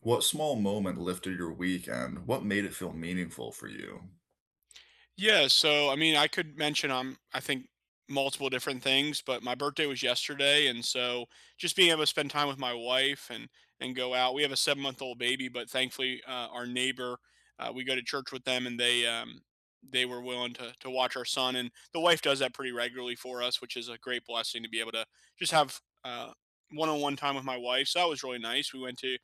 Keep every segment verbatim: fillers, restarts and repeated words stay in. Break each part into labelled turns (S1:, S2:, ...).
S1: What small moment lifted your weekend? What made it feel meaningful for you?
S2: Yeah, so I mean, I could mention um, I think multiple different things, but my birthday was yesterday, and so just being able to spend time with my wife and and go out. We have a seven month old baby, but thankfully, uh, our neighbor, uh, we go to church with them, and they um, they were willing to to watch our son, and the wife does that pretty regularly for us, which is a great blessing to be able to just have uh one on one time with my wife. So that was really nice. We went to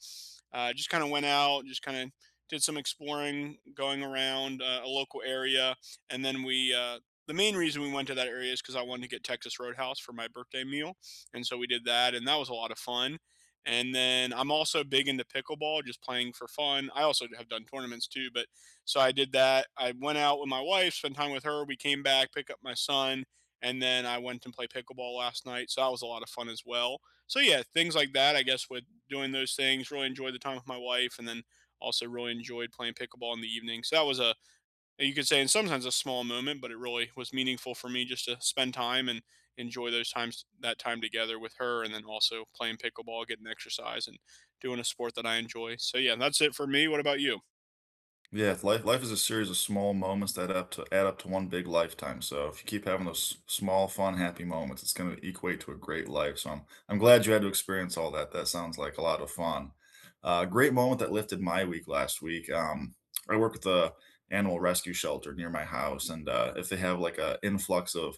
S2: uh, just kind of went out, just kind of did some exploring, going around uh, a local area, and then we. Uh, the main reason we went to that area is because I wanted to get Texas Roadhouse for my birthday meal, and so we did that, and that was a lot of fun. And then I'm also big into pickleball, just playing for fun. I also have done tournaments too, but so I did that. I went out with my wife, spent time with her. We came back, pick up my son, and then I went and played pickleball last night. So that was a lot of fun as well, so yeah, things like that. I guess with doing those things, really enjoyed the time with my wife, and then also really enjoyed playing pickleball in the evening. So that was a, you could say, in some sense a small moment, but it really was meaningful for me just to spend time and enjoy those times that time together with her, and then also playing pickleball, getting exercise, and doing a sport that I enjoy. So yeah, that's it for me. What about you?
S1: Yeah, life life is a series of small moments that up to add up to one big lifetime. So if you keep having those s- small, fun, happy moments, it's going to equate to a great life. So I'm I'm glad you had to experience all that. That sounds like a lot of fun. Uh, great moment that lifted my week last week. Um, I work with a animal rescue shelter near my house, and uh, if they have like a influx of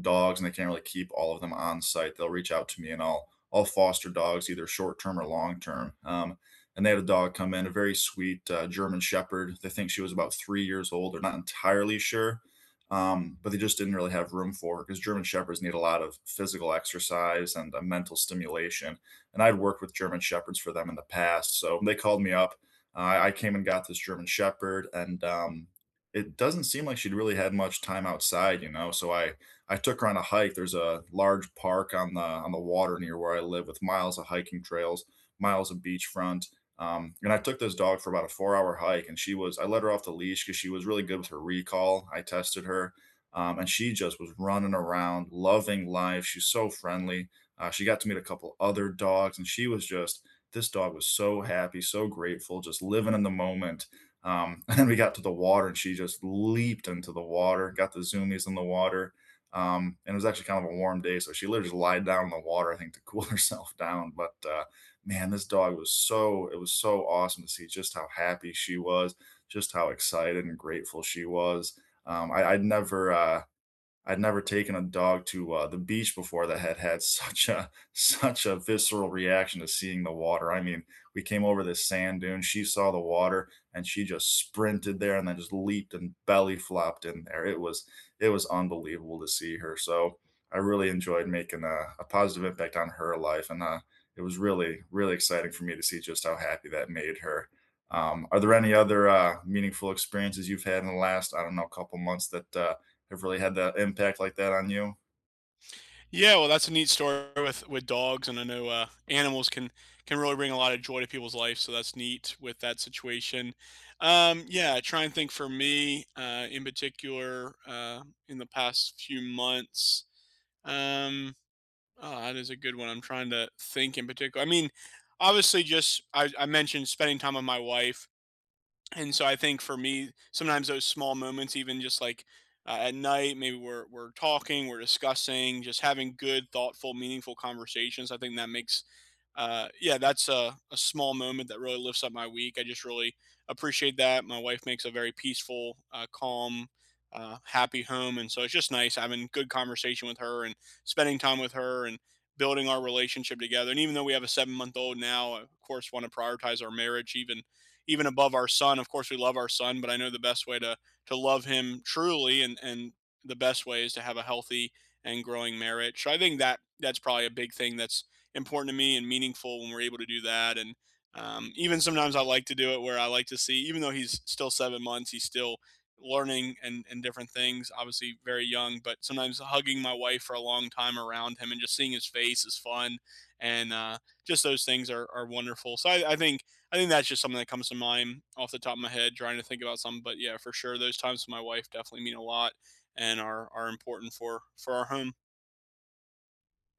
S1: dogs and they can't really keep all of them on site, they'll reach out to me and I'll I'll foster dogs either short term or long term. Um, and they had a dog come in, a very sweet uh, German Shepherd. They think she was about three years old. They're not entirely sure, um, but they just didn't really have room for her because German Shepherds need a lot of physical exercise and uh, mental stimulation. And I'd worked with German Shepherds for them in the past, so they called me up. Uh, I came and got this German Shepherd, and um, it doesn't seem like she'd really had much time outside, you know. So I I took her on a hike. There's a large park on the on the water near where I live with miles of hiking trails, miles of beachfront, um, and I took this dog for about a four hour hike, and she was, I let her off the leash because she was really good with her recall. I tested her, um, and she just was running around, loving life. She's so friendly. Uh, she got to meet a couple other dogs, and she was just, this dog was so happy, so grateful, just living in the moment. Um, and then we got to the water, and she just leaped into the water, got the zoomies in the water. Um, and it was actually kind of a warm day, so she literally just lied down in the water, I think, to cool herself down. But uh, man, this dog was so it was so awesome to see just how happy she was, just how excited and grateful she was. Um, I, I'd never uh, I'd never taken a dog to uh, the beach before that had had such a such a visceral reaction to seeing the water. I mean, we came over this sand dune. She saw the water and she just sprinted there and then just leaped and belly flopped in there. It was it was unbelievable to see her. So I really enjoyed making a, a positive impact on her life, and uh, it was really really exciting for me to see just how happy that made her. Um, are there any other uh, meaningful experiences you've had in the last, I don't know, couple months that uh, have really had that impact like that on you?
S2: Yeah, well, that's a neat story with with dogs, and I know uh, animals can can really bring a lot of joy to people's life. So that's neat with that situation. Um, yeah, I try and think for me uh, in particular uh, in the past few months. Um, oh, that is a good one. I'm trying to think in particular. I mean, obviously, just I, I mentioned spending time with my wife, and so I think for me, sometimes those small moments, even just like uh, at night, maybe we're we're talking, we're discussing, just having good, thoughtful, meaningful conversations. I think that makes uh, yeah, that's a, a small moment that really lifts up my week. I just really appreciate that. My wife makes a very peaceful, uh, calm, uh, happy home, and so it's just nice having good conversation with her and spending time with her and building our relationship together. And even though we have a seven month old now, I, of course, want to prioritize our marriage even even above our son. Of course, we love our son, but I know the best way to to love him truly and and the best way is to have a healthy and growing marriage. So I think that that's probably a big thing that's important to me and meaningful when we're able to do that. And um, even sometimes I like to do it where I like to see, even though he's still seven months, he's still learning and, and different things, obviously very young, but sometimes hugging my wife for a long time around him and just seeing his face is fun. And uh, just those things are, are wonderful. So I, I think, I think that's just something that comes to mind off the top of my head, trying to think about something, but yeah, for sure. Those times with my wife definitely mean a lot and are, are important for, for our home.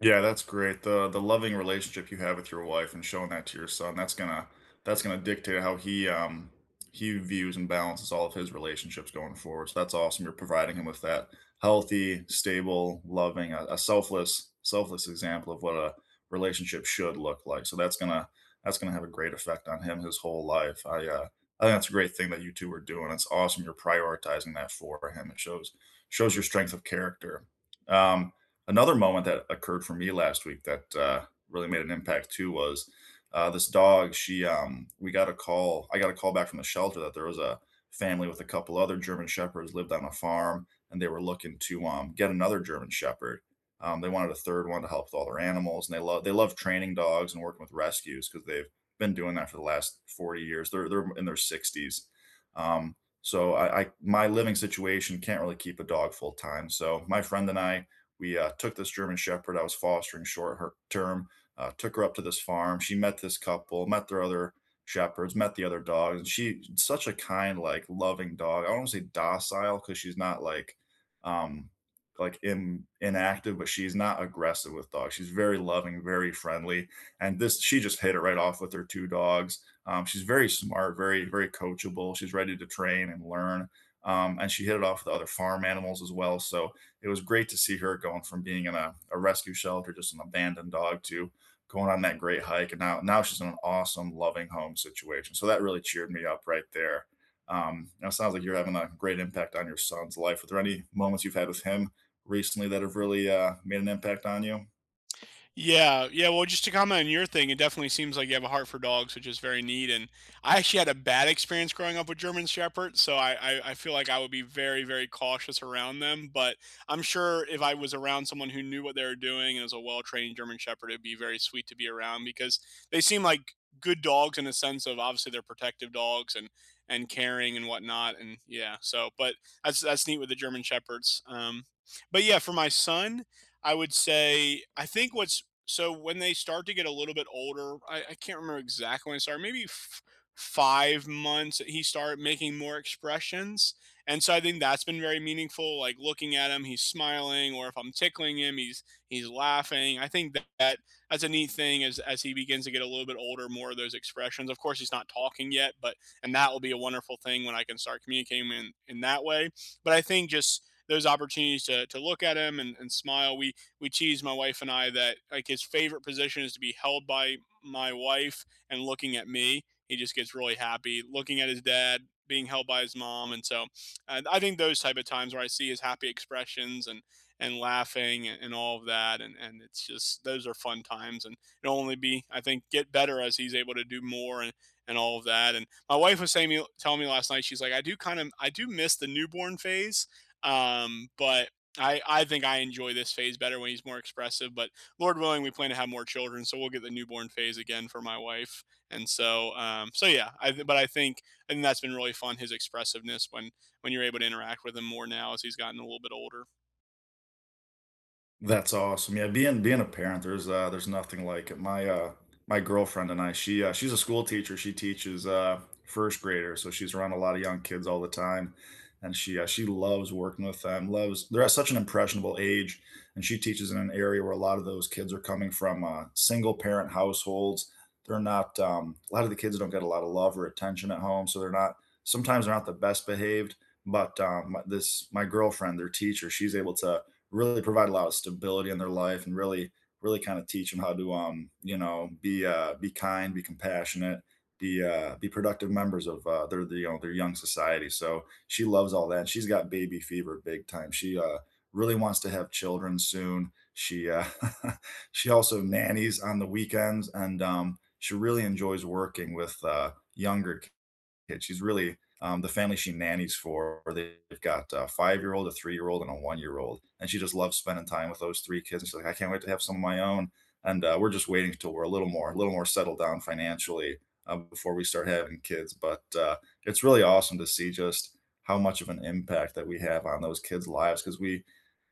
S1: Yeah, that's great. The the loving relationship you have with your wife and showing that to your son, that's gonna that's gonna dictate how he um he views and balances all of his relationships going forward. So that's awesome. You're providing him with that healthy, stable, loving, a, a selfless, selfless example of what a relationship should look like. So that's gonna that's gonna have a great effect on him his whole life. I uh I think that's a great thing that you two are doing. It's awesome you're prioritizing that for him. It shows shows your strength of character. Um Another moment that occurred for me last week that, uh, really made an impact too was, uh, this dog, she, um we got a call I got a call back from the shelter that there was a family with a couple other German Shepherds lived on a farm, and they were looking to, um, get another German Shepherd. Um, they wanted a third one to help with all their animals, and they love they love training dogs and working with rescues because 'cause they've been doing that for the last forty years. They're they're in their sixties. Um, so I I my living situation can't really keep a dog full-time, so my friend and I we uh, took this German Shepherd I was fostering short term, uh, took her up to this farm. She met this couple, met their other shepherds, met the other dogs, and she such a kind, like loving dog. I don't want to say docile because she's not like um like in, inactive, but she's not aggressive with dogs. She's very loving, very friendly, and this she just hit it right off with her two dogs. Um, she's very smart, very very coachable. She's ready to train and learn. Um, and she hit it off with other farm animals as well. So it was great to see her going from being in a, a rescue shelter, just an abandoned dog, to going on that great hike. And now, now she's in an awesome, loving home situation. So that really cheered me up right there. Um, now it sounds like you're having a great impact on your son's life. Were there any moments you've had with him recently that have really uh, made an impact on you?
S2: Yeah, yeah. Well, just to comment on your thing, it definitely seems like you have a heart for dogs, which is very neat. And I actually had a bad experience growing up with German Shepherds, so I, I, I feel like I would be very, very cautious around them. But I'm sure if I was around someone who knew what they were doing and was a well-trained German Shepherd, it'd be very sweet to be around because they seem like good dogs in a sense of obviously they're protective dogs and and caring and whatnot. And yeah, so but that's that's neat with the German Shepherds. Um, but yeah, for my son. I would say I think what's so when they start to get a little bit older, I, I can't remember exactly when it started. Maybe f- five months he started making more expressions, and so I think that's been very meaningful. Like looking at him, he's smiling, or if I'm tickling him, he's he's laughing. I think that, that that's a neat thing as as he begins to get a little bit older, more of those expressions. Of course, he's not talking yet, but and that will be a wonderful thing when I can start communicating in in that way. But I think just those opportunities to, to look at him and, and smile. We we tease my wife and I that like his favorite position is to be held by my wife and looking at me. He just gets really happy looking at his dad being held by his mom, and so uh, I think those type of times where I see his happy expressions and and laughing and, and all of that, and and it's just those are fun times, and it'll only be I think get better as he's able to do more and and all of that. And my wife was saying, me telling me last night, she's like, I do kind of, I do miss the newborn phase, um, but I, I think I enjoy this phase better when he's more expressive, but Lord willing, we plan to have more children, so we'll get the newborn phase again for my wife, and so um, so yeah. I but I think I think that's been really fun, his expressiveness, when when you're able to interact with him more now as he's gotten a little bit older.
S1: That's awesome. Yeah, being being a parent, there's uh there's nothing like it. My uh my girlfriend and I, she uh, she's a school teacher. She teaches uh first grader, so she's around a lot of young kids all the time. And she uh, she loves working with them. Loves they're at such an impressionable age, and she teaches in an area where a lot of those kids are coming from uh, single parent households. They're not um, a lot of the kids don't get a lot of love or attention at home, so they're not sometimes they're not the best behaved. But um, my- this my girlfriend, their teacher, she's able to really provide a lot of stability in their life and really really kind of teach them how to um you know, be uh be kind, be compassionate, be uh be productive members of uh their the, you know, their young society. So she loves all that. She's got baby fever big time. She uh Really wants to have children soon. She uh She also nannies on the weekends, and um she really enjoys working with uh younger kid. She's really um, the family she nannies for. They've got a five year old, a three year old, and a one year old, and she just loves spending time with those three kids. And she's like, I can't wait to have some of my own. And uh, we're just waiting until we're a little more, a little more settled down financially uh, before we start having kids. But uh, it's really awesome to see just how much of an impact that we have on those kids' lives, because we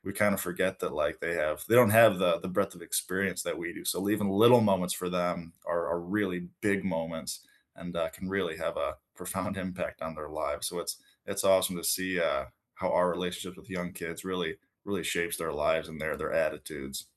S1: we kind of forget that like they have they don't have the the breadth of experience that we do. So even little moments for them are, are really big moments, and uh, can really have a profound impact on their lives. So it's it's awesome to see uh, how our relationships with young kids really really shapes their lives and their their attitudes.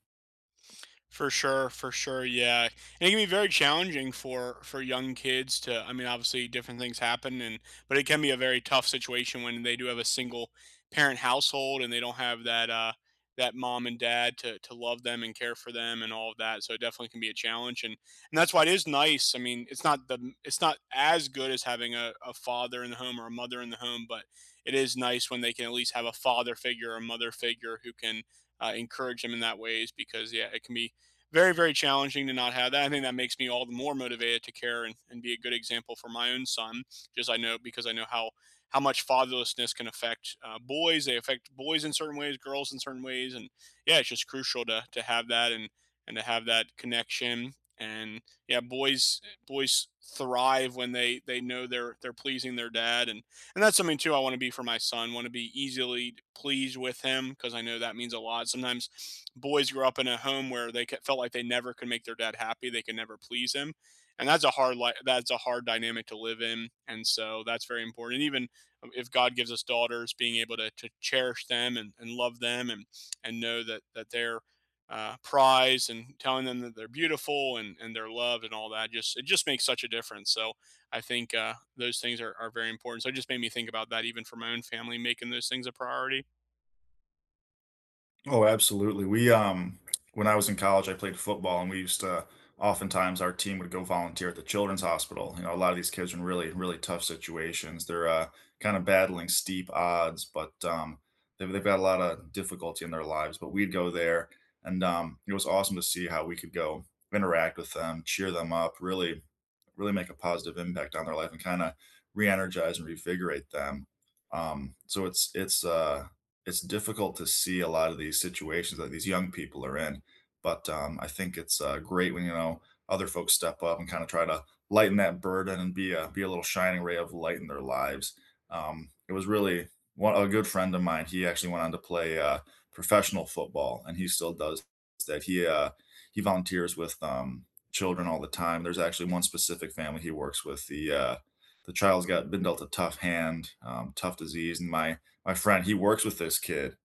S2: For sure, for sure, yeah, and it can be very challenging for for young kids to, I mean, obviously, different things happen and but it can be a very tough situation when they do have a single parent household and they don't have that, uh, that mom and dad to to love them and care for them and all of that, so it definitely can be a challenge, and and that's why it is nice, I mean, it's not the it's not as good as having a a father in the home or a mother in the home, but it is nice when they can at least have a father figure or a mother figure who can, uh, encourage them in that ways because, yeah, it can be very, very challenging to not have that. I think that makes me all the more motivated to care and, and be a good example for my own son. Just I know because I know how how much fatherlessness can affect uh, boys. They affect boys in certain ways, girls in certain ways, and yeah, it's just crucial to to have that and and to have that connection. And yeah, boys boys thrive when they they know they're they're pleasing their dad, and and that's something too I want to be for my son. Want to be easily pleased with him because I know that means a lot. Sometimes boys grow up in a home where they felt like they never could make their dad happy. They could never please him, and that's a hard li- that's a hard dynamic to live in. And so that's very important. And even if God gives us daughters, being able to to cherish them and, and love them and and know that that they're uh, prize and telling them that they're beautiful and, and they're loved and all that, just it just makes such a difference, so I think uh, those things are, are very important. So it just made me think about that even for my own family, making those things a priority.
S1: Oh, absolutely. We um When I was in college, I played football, and we used to oftentimes our team would go volunteer at the children's hospital. You know, a lot of these kids are in really, really tough situations. They're uh kind of battling steep odds, but um they've they've got a lot of difficulty in their lives. But we'd go there, and um it was awesome to see how we could go interact with them, cheer them up, really, really make a positive impact on their life and kind of re-energize and revigorate them. Um so it's it's uh it's difficult to see a lot of these situations that these young people are in. But um, I think it's uh, great when you know other folks step up and kind of try to lighten that burden and be a be a little shining ray of light in their lives. Um, it was really one A good friend of mine. He actually went on to play uh, professional football, and he still does that. He uh, he volunteers with um, children all the time. There's actually one specific family he works with. The uh, the child's got been dealt a tough hand, um, tough disease, and my my friend, he works with this kid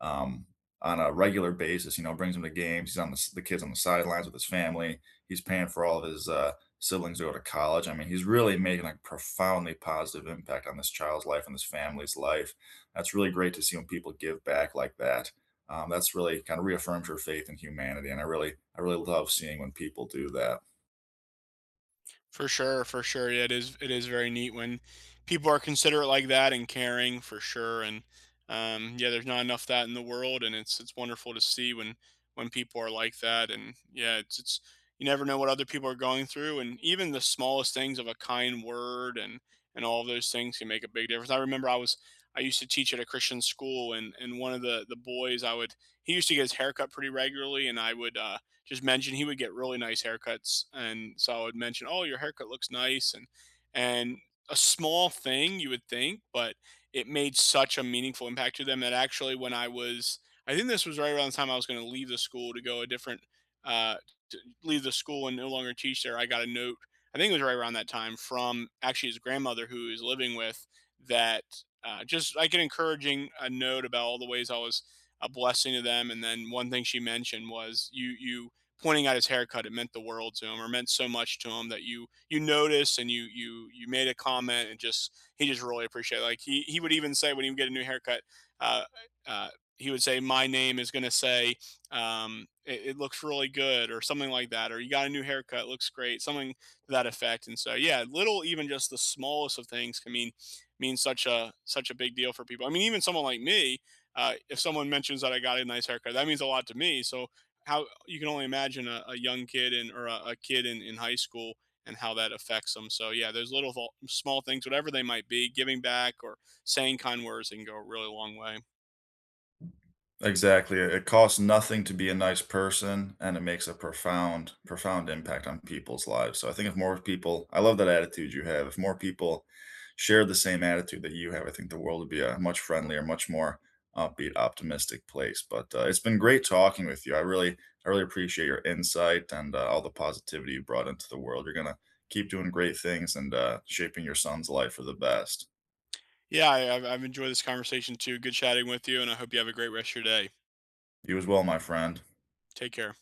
S1: um, on a regular basis. You know, brings him to games. He's on the, the kids on the sidelines with his family. He's paying for all of his uh, siblings to go to college. I mean, he's really making a profoundly positive impact on this child's life and this family's life. That's really great to see when people give back like that. Um, that's really kind of reaffirms your faith in humanity, and I really, I really love seeing when people do that.
S2: For sure, for sure. Yeah, it is it is very neat when people are considerate like that and caring for sure. And um, yeah, there's not enough of that in the world, and it's it's wonderful to see when when people are like that. And yeah, it's it's you never know what other people are going through, and even the smallest things of a kind word and and all of those things can make a big difference. I remember I was I used to teach at a Christian school, and and one of the the boys I would he used to get his haircut pretty regularly, and I would uh, just mentioned, he would get really nice haircuts, and so I would mention, "Oh, your haircut looks nice," and and a small thing you would think, but it made such a meaningful impact to them that actually when I was, I think this was right around the time I was going to leave the school to go a different, uh, to leave the school and no longer teach there. I got a note. I think it was right around that time from actually his grandmother who he was living with that uh, just like an encouraging a note about all the ways I was a blessing to them. And then one thing she mentioned was you you pointing out his haircut, it meant the world to him or meant so much to him that you you notice and you you you made a comment, and just he just really appreciated it. Like he he would even say when he would get a new haircut, uh, uh, he would say my name is going to say, um, it, it looks really good or something like that, or you got a new haircut, looks great, something to that effect. And so yeah, little, even just the smallest of things can mean mean such a such a big deal for people. I mean, even someone like me, uh, if someone mentions that I got a nice haircut, that means a lot to me. So how you can only imagine a, a young kid and or a, a kid in, in high school and how that affects them. So yeah, those little vol- small things, whatever they might be, giving back or saying kind words, they can go a really long way.
S1: Exactly. It it costs nothing to be a nice person, and it makes a profound, profound impact on people's lives. So I think if more people I love that attitude you have. If more people share the same attitude that you have, I think the world would be a much friendlier, much more upbeat, optimistic place. But uh, it's been great talking with you. I really, I really appreciate your insight, and uh, all the positivity you brought into the world. You're gonna Keep doing great things, and uh, shaping your son's life for the best.
S2: Yeah, I, I've, I've enjoyed this conversation too. Good chatting with you, and I hope you have a great rest of your day.
S1: You as well, my friend.
S2: Take care.